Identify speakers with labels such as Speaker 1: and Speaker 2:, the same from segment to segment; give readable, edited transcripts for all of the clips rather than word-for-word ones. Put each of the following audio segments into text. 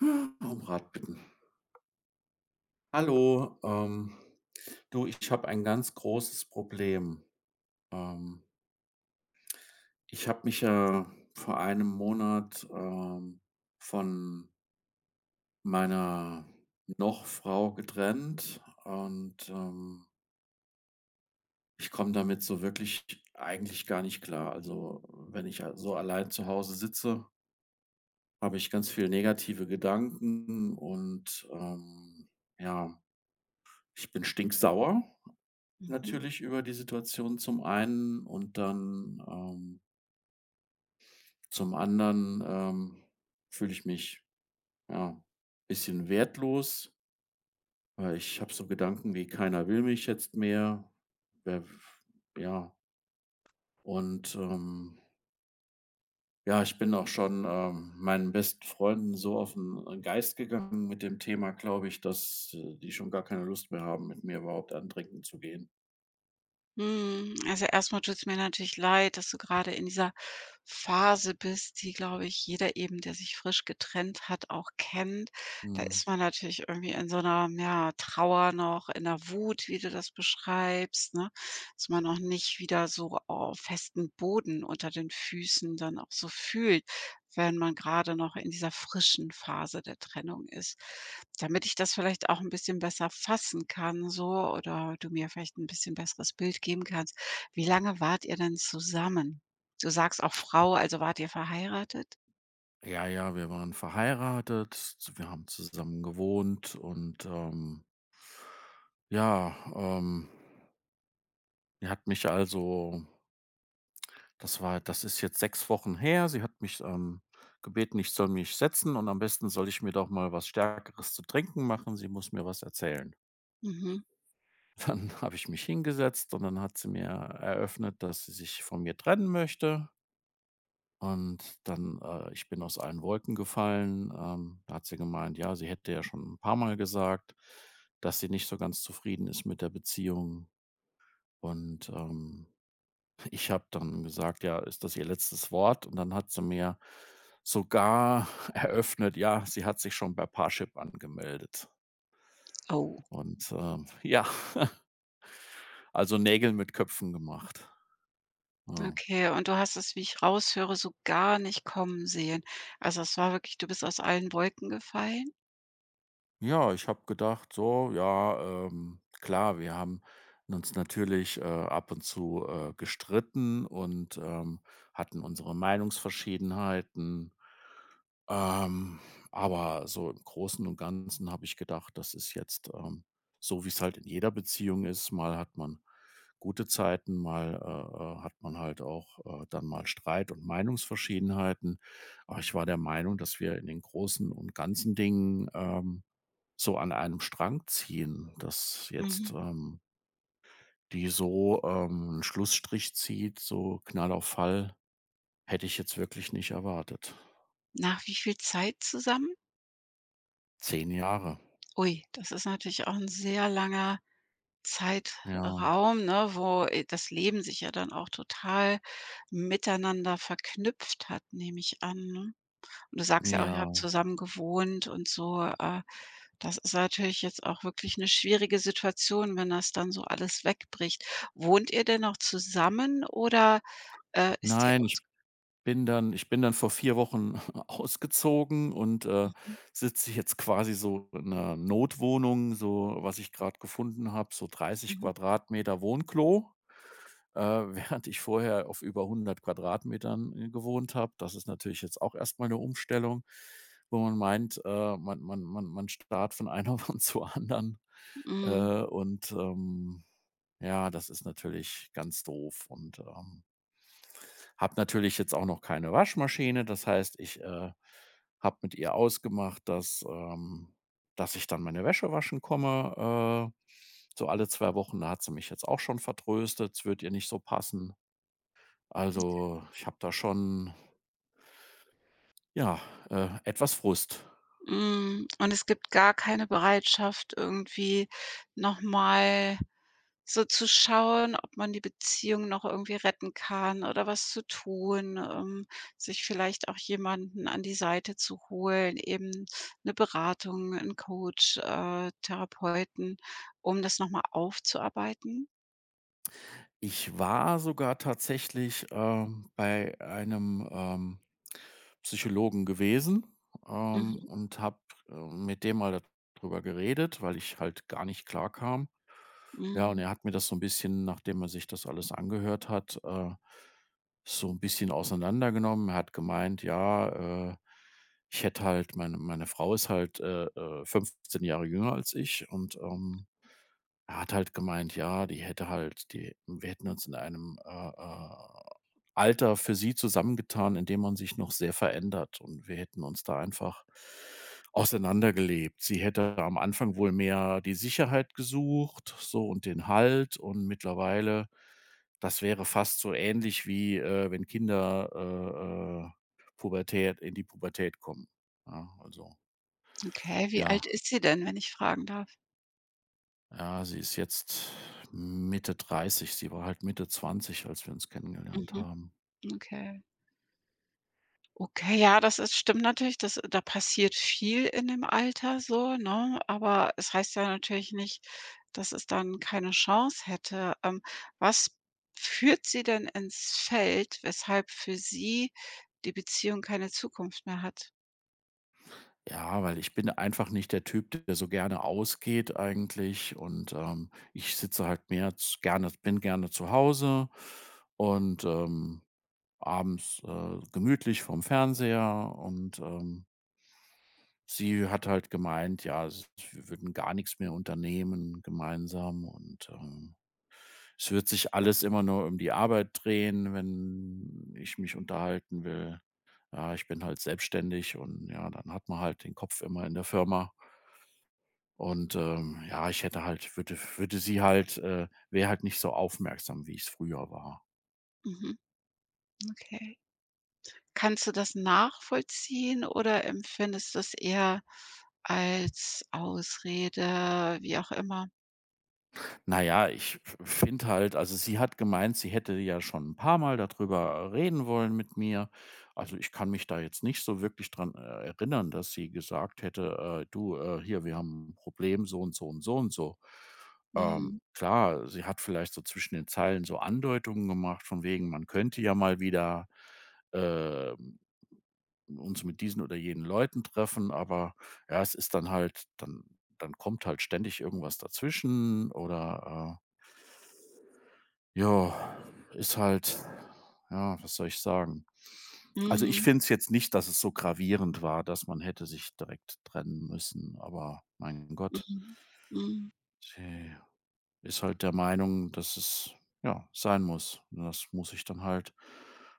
Speaker 1: Um Rat bitten. Hallo, du, ich habe ein ganz großes Problem. Ähm, Ich habe mich ja vor einem Monat von meiner noch Frau getrennt und ich komme damit so wirklich eigentlich gar nicht klar. Also wenn ich so allein zu Hause sitze, habe ich ganz viele negative Gedanken und ja, ich bin stinksauer.
Speaker 2: Mhm.
Speaker 1: Natürlich über die Situation zum einen und dann, zum anderen, fühle ich mich, ja, ein bisschen wertlos, weil ich habe so Gedanken wie: „Keiner will mich jetzt mehr.“ Wer ja, und, ähm, ja, ich bin auch schon, meinen besten Freunden so auf den Geist gegangen mit dem Thema, glaube ich, dass, die schon gar keine Lust mehr haben, mit mir überhaupt an Trinken zu gehen.
Speaker 2: Mhm. Also, erstmal mal tut's mir natürlich leid, dass du gerade in dieser Phase bist, die, glaube ich, jeder eben, der sich frisch getrennt hat, auch kennt. Da
Speaker 1: Mhm.
Speaker 2: ist man natürlich irgendwie in so einer ja, Trauer noch, in der Wut, wie du das beschreibst, ne? Dass man noch nicht wieder so auf festen Boden unter den Füßen dann auch so fühlt, wenn man gerade noch in dieser frischen Phase der Trennung ist. Damit ich das vielleicht auch ein bisschen besser fassen kann, so oder du mir vielleicht ein bisschen besseres Bild geben kannst. Wie lange wart ihr denn zusammen? Du sagst auch Frau, also wart ihr verheiratet?
Speaker 1: Ja, ja, wir waren verheiratet, wir haben zusammen gewohnt und, ja, die hat mich also das ist jetzt 6 Wochen her. Sie hat mich, gebeten, ich soll mich setzen und am besten soll ich mir doch mal was Stärkeres zu trinken machen. Sie muss mir was erzählen.
Speaker 2: Mhm.
Speaker 1: Dann habe ich mich hingesetzt und dann hat sie mir eröffnet, dass sie sich von mir trennen möchte. Und dann ich bin aus allen Wolken gefallen. Da hat sie gemeint, ja, sie hätte ja schon ein paar Mal gesagt, dass sie nicht so ganz zufrieden ist mit der Beziehung. Und, ich habe dann gesagt: „Ja, ist das ihr letztes Wort?“ Und dann hat sie mir sogar eröffnet, ja, sie hat sich schon bei Parship angemeldet
Speaker 2: Oh,
Speaker 1: und, ja, also Nägel mit Köpfen gemacht. Ja.
Speaker 2: okay. Und du hast es, wie ich raushöre, so gar nicht kommen sehen. Also, es war wirklich, du bist aus allen Wolken gefallen?
Speaker 1: Ja, ich habe gedacht, so, ja, klar, wir haben uns natürlich ab und zu gestritten und hatten unsere Meinungsverschiedenheiten. Ähm, aber so im Großen und Ganzen habe ich gedacht, das ist jetzt so, wie es halt in jeder Beziehung ist. Mal hat man gute Zeiten, mal hat man halt auch dann mal Streit und Meinungsverschiedenheiten. Aber ich war der Meinung, dass wir in den großen und ganzen Dingen so an einem Strang ziehen, dass
Speaker 2: Mhm.
Speaker 1: jetzt, die so, 'n Schlussstrich zieht, so Knall auf Fall, hätte ich jetzt wirklich nicht erwartet.
Speaker 2: Nach wie viel Zeit zusammen?
Speaker 1: 10 Jahre,
Speaker 2: Ui, das ist natürlich auch ein sehr langer
Speaker 1: ja,
Speaker 2: Zeitraum, ne, wo das Leben sich ja dann auch total miteinander verknüpft hat, nehme ich an, ne? Und du sagst ja auch, ihr habt
Speaker 1: ja.
Speaker 2: zusammen gewohnt und so. Das ist natürlich jetzt auch wirklich eine schwierige Situation, wenn das dann so alles wegbricht. Wohnt ihr denn noch zusammen oder ist die
Speaker 1: Nein,
Speaker 2: ausge
Speaker 1: ich bin dann vor 4 Wochen ausgezogen und,
Speaker 2: Mhm,
Speaker 1: sitze jetzt quasi so in einer Notwohnung, so was ich gerade gefunden habe, so dreißig
Speaker 2: mhm,
Speaker 1: Quadratmeter Wohnklo. Äh, Während ich vorher auf über 100 Quadratmetern, gewohnt habe. Das ist natürlich jetzt auch erstmal eine Umstellung, wo man meint, man starrt von einer Wand zur anderen.
Speaker 2: mhm,
Speaker 1: Äh, und, ähm, ja, das ist natürlich ganz doof und, habe natürlich jetzt auch noch keine Waschmaschine. Das heißt, ich, habe mit ihr ausgemacht, dass, dass ich dann meine Wäsche waschen komme, so alle 2 Wochen. Da hat sie mich jetzt auch schon vertröstet, es wird ihr nicht so passen. Also, ich habe da schon, ja, etwas Frust.
Speaker 2: mhm. Und es gibt gar keine Bereitschaft, irgendwie noch mal so zu schauen, ob man die Beziehung noch irgendwie retten kann oder was zu tun, sich vielleicht auch jemanden an die Seite zu holen, eben eine Beratung, einen Coach, Therapeuten, um das noch mal aufzuarbeiten?
Speaker 1: Ich war sogar tatsächlich, bei einem, Psychologen gewesen,
Speaker 2: Mhm,
Speaker 1: und habe, mit dem mal darüber geredet, weil ich halt gar nicht klar kam. Ja, und
Speaker 2: mhm.
Speaker 1: er hat mir das so ein bisschen, nachdem er sich das alles angehört hat, so ein bisschen auseinandergenommen. Er hat gemeint: „Ja, ich hätte halt meine Frau ist halt, 15 Jahre jünger als ich und, er hat halt gemeint, ja, die hätte halt die wir hätten uns in einem, Alter für sie zusammengetan, in dem man sich noch sehr verändert und wir hätten uns da einfach auseinandergelebt. Sie hätte am Anfang wohl mehr die Sicherheit gesucht, so und den Halt und mittlerweile das wäre fast so ähnlich wie, wenn Kinder, Pubertät in die Pubertät kommen. Ja, also,
Speaker 2: Okay, wie
Speaker 1: ja.
Speaker 2: alt ist sie denn, wenn ich fragen darf?
Speaker 1: Ja, sie ist jetzt Mitte 30. Sie war halt Mitte 20, als wir uns kennengelernt
Speaker 2: Mhm,
Speaker 1: haben.
Speaker 2: okay. Okay, ja, das ist stimmt natürlich, das da passiert viel in dem Alter so, ne? Aber es heißt ja natürlich nicht, dass es dann keine Chance hätte. Was führt Sie denn ins Feld, weshalb für Sie die Beziehung keine Zukunft mehr hat?
Speaker 1: Ja, weil ich bin einfach nicht der Typ, der so gerne ausgeht eigentlich und, ich sitze halt mehr z gerne bin gerne zu Hause und, abends, gemütlich vorm Fernseher und, sie hat halt gemeint, ja, s wir würden gar nichts mehr unternehmen gemeinsam und, es wird sich alles immer nur um die Arbeit drehen, wenn ich mich unterhalten will. Ja, ich bin halt selbstständig und ja, dann hat man halt den Kopf immer in der Firma. Und, ja, ich hätte halt würde würde sie halt wäre halt nicht so aufmerksam, wie ich es früher war.
Speaker 2: Mhm, okay. Kannst du das nachvollziehen oder empfindest du es eher als Ausrede, wie auch immer?
Speaker 1: Na ja, ich f finde halt also, sie hat gemeint, sie hätte ja schon ein paar Mal darüber reden wollen mit mir. Also, ich kann mich da jetzt nicht so wirklich dran, erinnern, dass sie gesagt hätte: du, hier, wir haben ein Problem, so und so und so und so.“
Speaker 2: Mhm.
Speaker 1: Klar, sie hat vielleicht so zwischen den Zeilen so Andeutungen gemacht von wegen, man könnte ja mal wieder, ähm, uns mit diesen oder jenen Leuten treffen, aber ja, es ist dann halt dann kommt halt ständig irgendwas dazwischen oder, ja, ist halt ja, was soll ich sagen? Also, ich
Speaker 2: Mhm.
Speaker 1: finde es jetzt nicht, dass es so gravierend war, dass man hätte sich direkt trennen müssen, aber mein Gott,
Speaker 2: Mhm. Mhm.
Speaker 1: sie ist halt der Meinung, dass es, ja, sein muss. Und das muss ich dann halt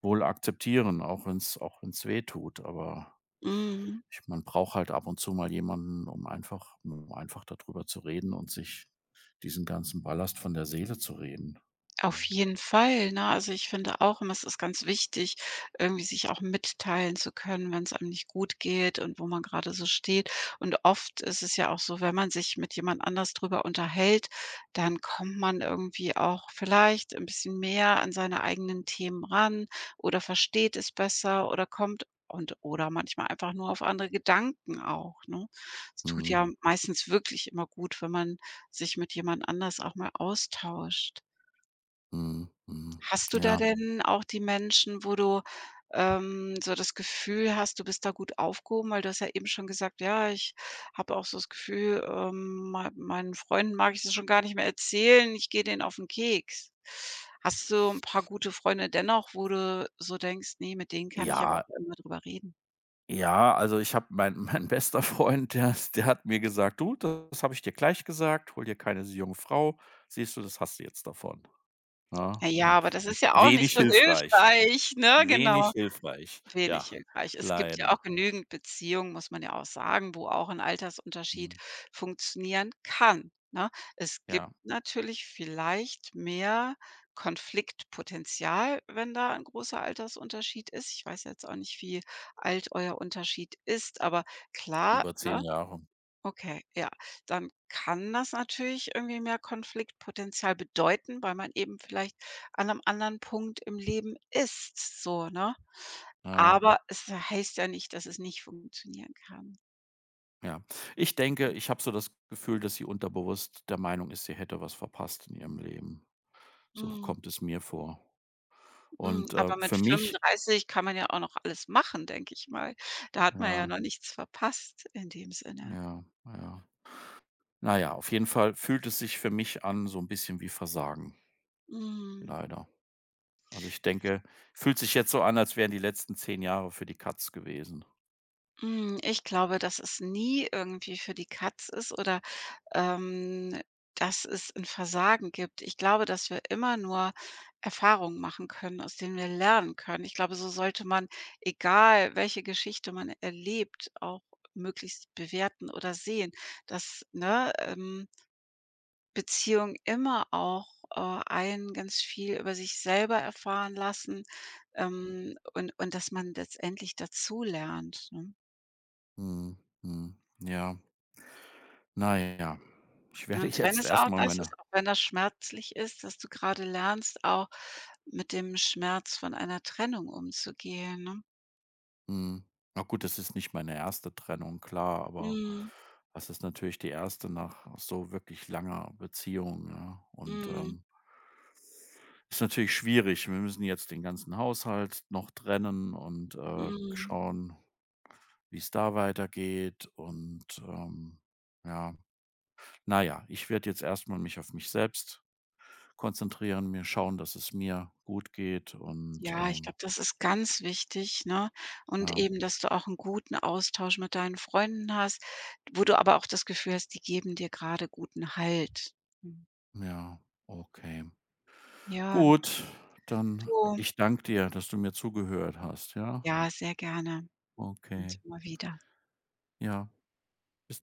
Speaker 1: wohl akzeptieren, auch wenn es auch wenn's wehtut. Aber
Speaker 2: Mhm.
Speaker 1: ich man braucht halt ab und zu mal jemanden, um einfach darüber zu reden und sich diesen ganzen Ballast von der Seele zu reden.
Speaker 2: Auf jeden Fall, ne? Also, ich finde auch immer, es ist ganz wichtig, irgendwie sich auch mitteilen zu können, wenn es einem nicht gut geht und wo man gerade so steht. Und oft ist es ja auch so, wenn man sich mit jemand anders drüber unterhält, dann kommt man irgendwie auch vielleicht ein bisschen mehr an seine eigenen Themen ran oder versteht es besser oder kommt und oder manchmal einfach nur auf andere Gedanken auch, ne? Es tut
Speaker 1: Mhm.
Speaker 2: ja meistens wirklich immer gut, wenn man sich mit jemand anders auch mal austauscht.
Speaker 1: Mhm, mhm.
Speaker 2: Hast du da
Speaker 1: Ja.
Speaker 2: denn auch die Menschen, wo du so das Gefühl hast, du bist da gut aufgehoben? Weil du hast ja eben schon gesagt: „Ja, ich habe auch so das Gefühl, meinen Freunden mag ich das schon gar nicht mehr erzählen, ich gehe denen auf den Keks.“ Hast du ein paar gute Freunde dennoch, wo du so denkst: nee, mit denen kann ich aber auch
Speaker 1: Ja,
Speaker 2: immer drüber reden?“
Speaker 1: ja, also ich habe mein mein bester Freund, der hat mir gesagt: „Du, das habe ich dir gleich gesagt, hol dir keine junge Frau. Siehst du, das hast du jetzt davon.“
Speaker 2: Na
Speaker 1: Ja,
Speaker 2: ja, aber das ist ja auch nicht
Speaker 1: wenig
Speaker 2: so
Speaker 1: hilfreich,
Speaker 2: hilfreich, ne?
Speaker 1: wenig
Speaker 2: Genau.
Speaker 1: hilfreich. Ja,
Speaker 2: Wenig hilfreich. Es gibt ja
Speaker 1: leider.
Speaker 2: auch genügend Beziehungen, muss man ja auch sagen, wo auch ein Altersunterschied
Speaker 1: Mhm.
Speaker 2: funktionieren kann, ne? Es gibt
Speaker 1: Ja,
Speaker 2: natürlich vielleicht mehr Konfliktpotenzial, wenn da ein großer Altersunterschied ist. Ich weiß jetzt auch nicht, wie alt euer Unterschied ist, aber klar,
Speaker 1: über zehn
Speaker 2: ne?
Speaker 1: Jahre.
Speaker 2: Okay, ja. Dann kann das natürlich irgendwie mehr Konfliktpotenzial bedeuten, weil man eben vielleicht an einem anderen Punkt im Leben ist, so, ne?
Speaker 1: Ja,
Speaker 2: Aber es heißt ja nicht, dass es nicht funktionieren kann.
Speaker 1: ja. Ich denke, ich habe so das Gefühl, dass sie unterbewusst der Meinung ist, sie hätte was verpasst in ihrem Leben. So
Speaker 2: Mhm,
Speaker 1: kommt es mir vor.
Speaker 2: mhm.
Speaker 1: Und,
Speaker 2: Aber mit
Speaker 1: für mich
Speaker 2: 35 kann man ja auch noch alles machen, denke ich mal. Da hat man ja
Speaker 1: ja,
Speaker 2: noch nichts verpasst in dem Sinne.
Speaker 1: ja, ja. Na ja, auf jeden Fall fühlt es sich für mich an so 'n bisschen wie Versagen,
Speaker 2: Mhm.
Speaker 1: leider. Also, ich denke fühlt sich jetzt so an, als wären die letzten 10 Jahre für die Katz gewesen.
Speaker 2: Hm, ich glaube, dass es nie irgendwie für die Katz ist oder, ähm, dass es 'n Versagen gibt. Ich glaube, dass wir immer nur Erfahrungen machen können, aus denen wir lernen können. Ich glaube, so sollte man, egal welche Geschichte man erlebt, auch möglichst bewerten oder sehen, dass, ne, Beziehungen immer auch, äh, einen ganz viel über sich selber erfahren lassen, und dass man letztendlich dazulernt, ne?
Speaker 1: Mhm, mhm, ja. Na ja, ich werde
Speaker 2: Und wenn
Speaker 1: jetzt
Speaker 2: es
Speaker 1: erst
Speaker 2: auch
Speaker 1: mal
Speaker 2: das
Speaker 1: meine
Speaker 2: ist, auch wenn das schmerzlich ist, dass du gerade lernst, auch mit dem Schmerz von einer Trennung umzugehen, ne?
Speaker 1: mhm. Na gut, das ist nicht meine erste Trennung, klar, aber
Speaker 2: Mhm,
Speaker 1: das ist natürlich die erste nach so wirklich langer Beziehung, ja? Und,
Speaker 2: mhm,
Speaker 1: ist natürlich schwierig. Wir müssen jetzt den ganzen Haushalt noch trennen und,
Speaker 2: mhm.
Speaker 1: schauen wie es da weitergeht und, ja. Naja, ich werde jetzt erstmal mich auf mich selbst konzentrieren, mir schauen, dass es mir gut geht und,
Speaker 2: Ja, ich glaube, das ist ganz wichtig, ne? Und
Speaker 1: ja.
Speaker 2: eben, dass du auch 'n guten Austausch mit deinen Freunden hast, wo du aber auch das Gefühl hast, die geben dir gerade guten Halt. Mhm.
Speaker 1: Ja, okay.
Speaker 2: Ja,
Speaker 1: Gut, dann
Speaker 2: du
Speaker 1: ich danke dir, dass du mir zugehört hast, ja?
Speaker 2: ja, sehr gerne und
Speaker 1: Okay.
Speaker 2: immer wieder.
Speaker 1: Ja, bis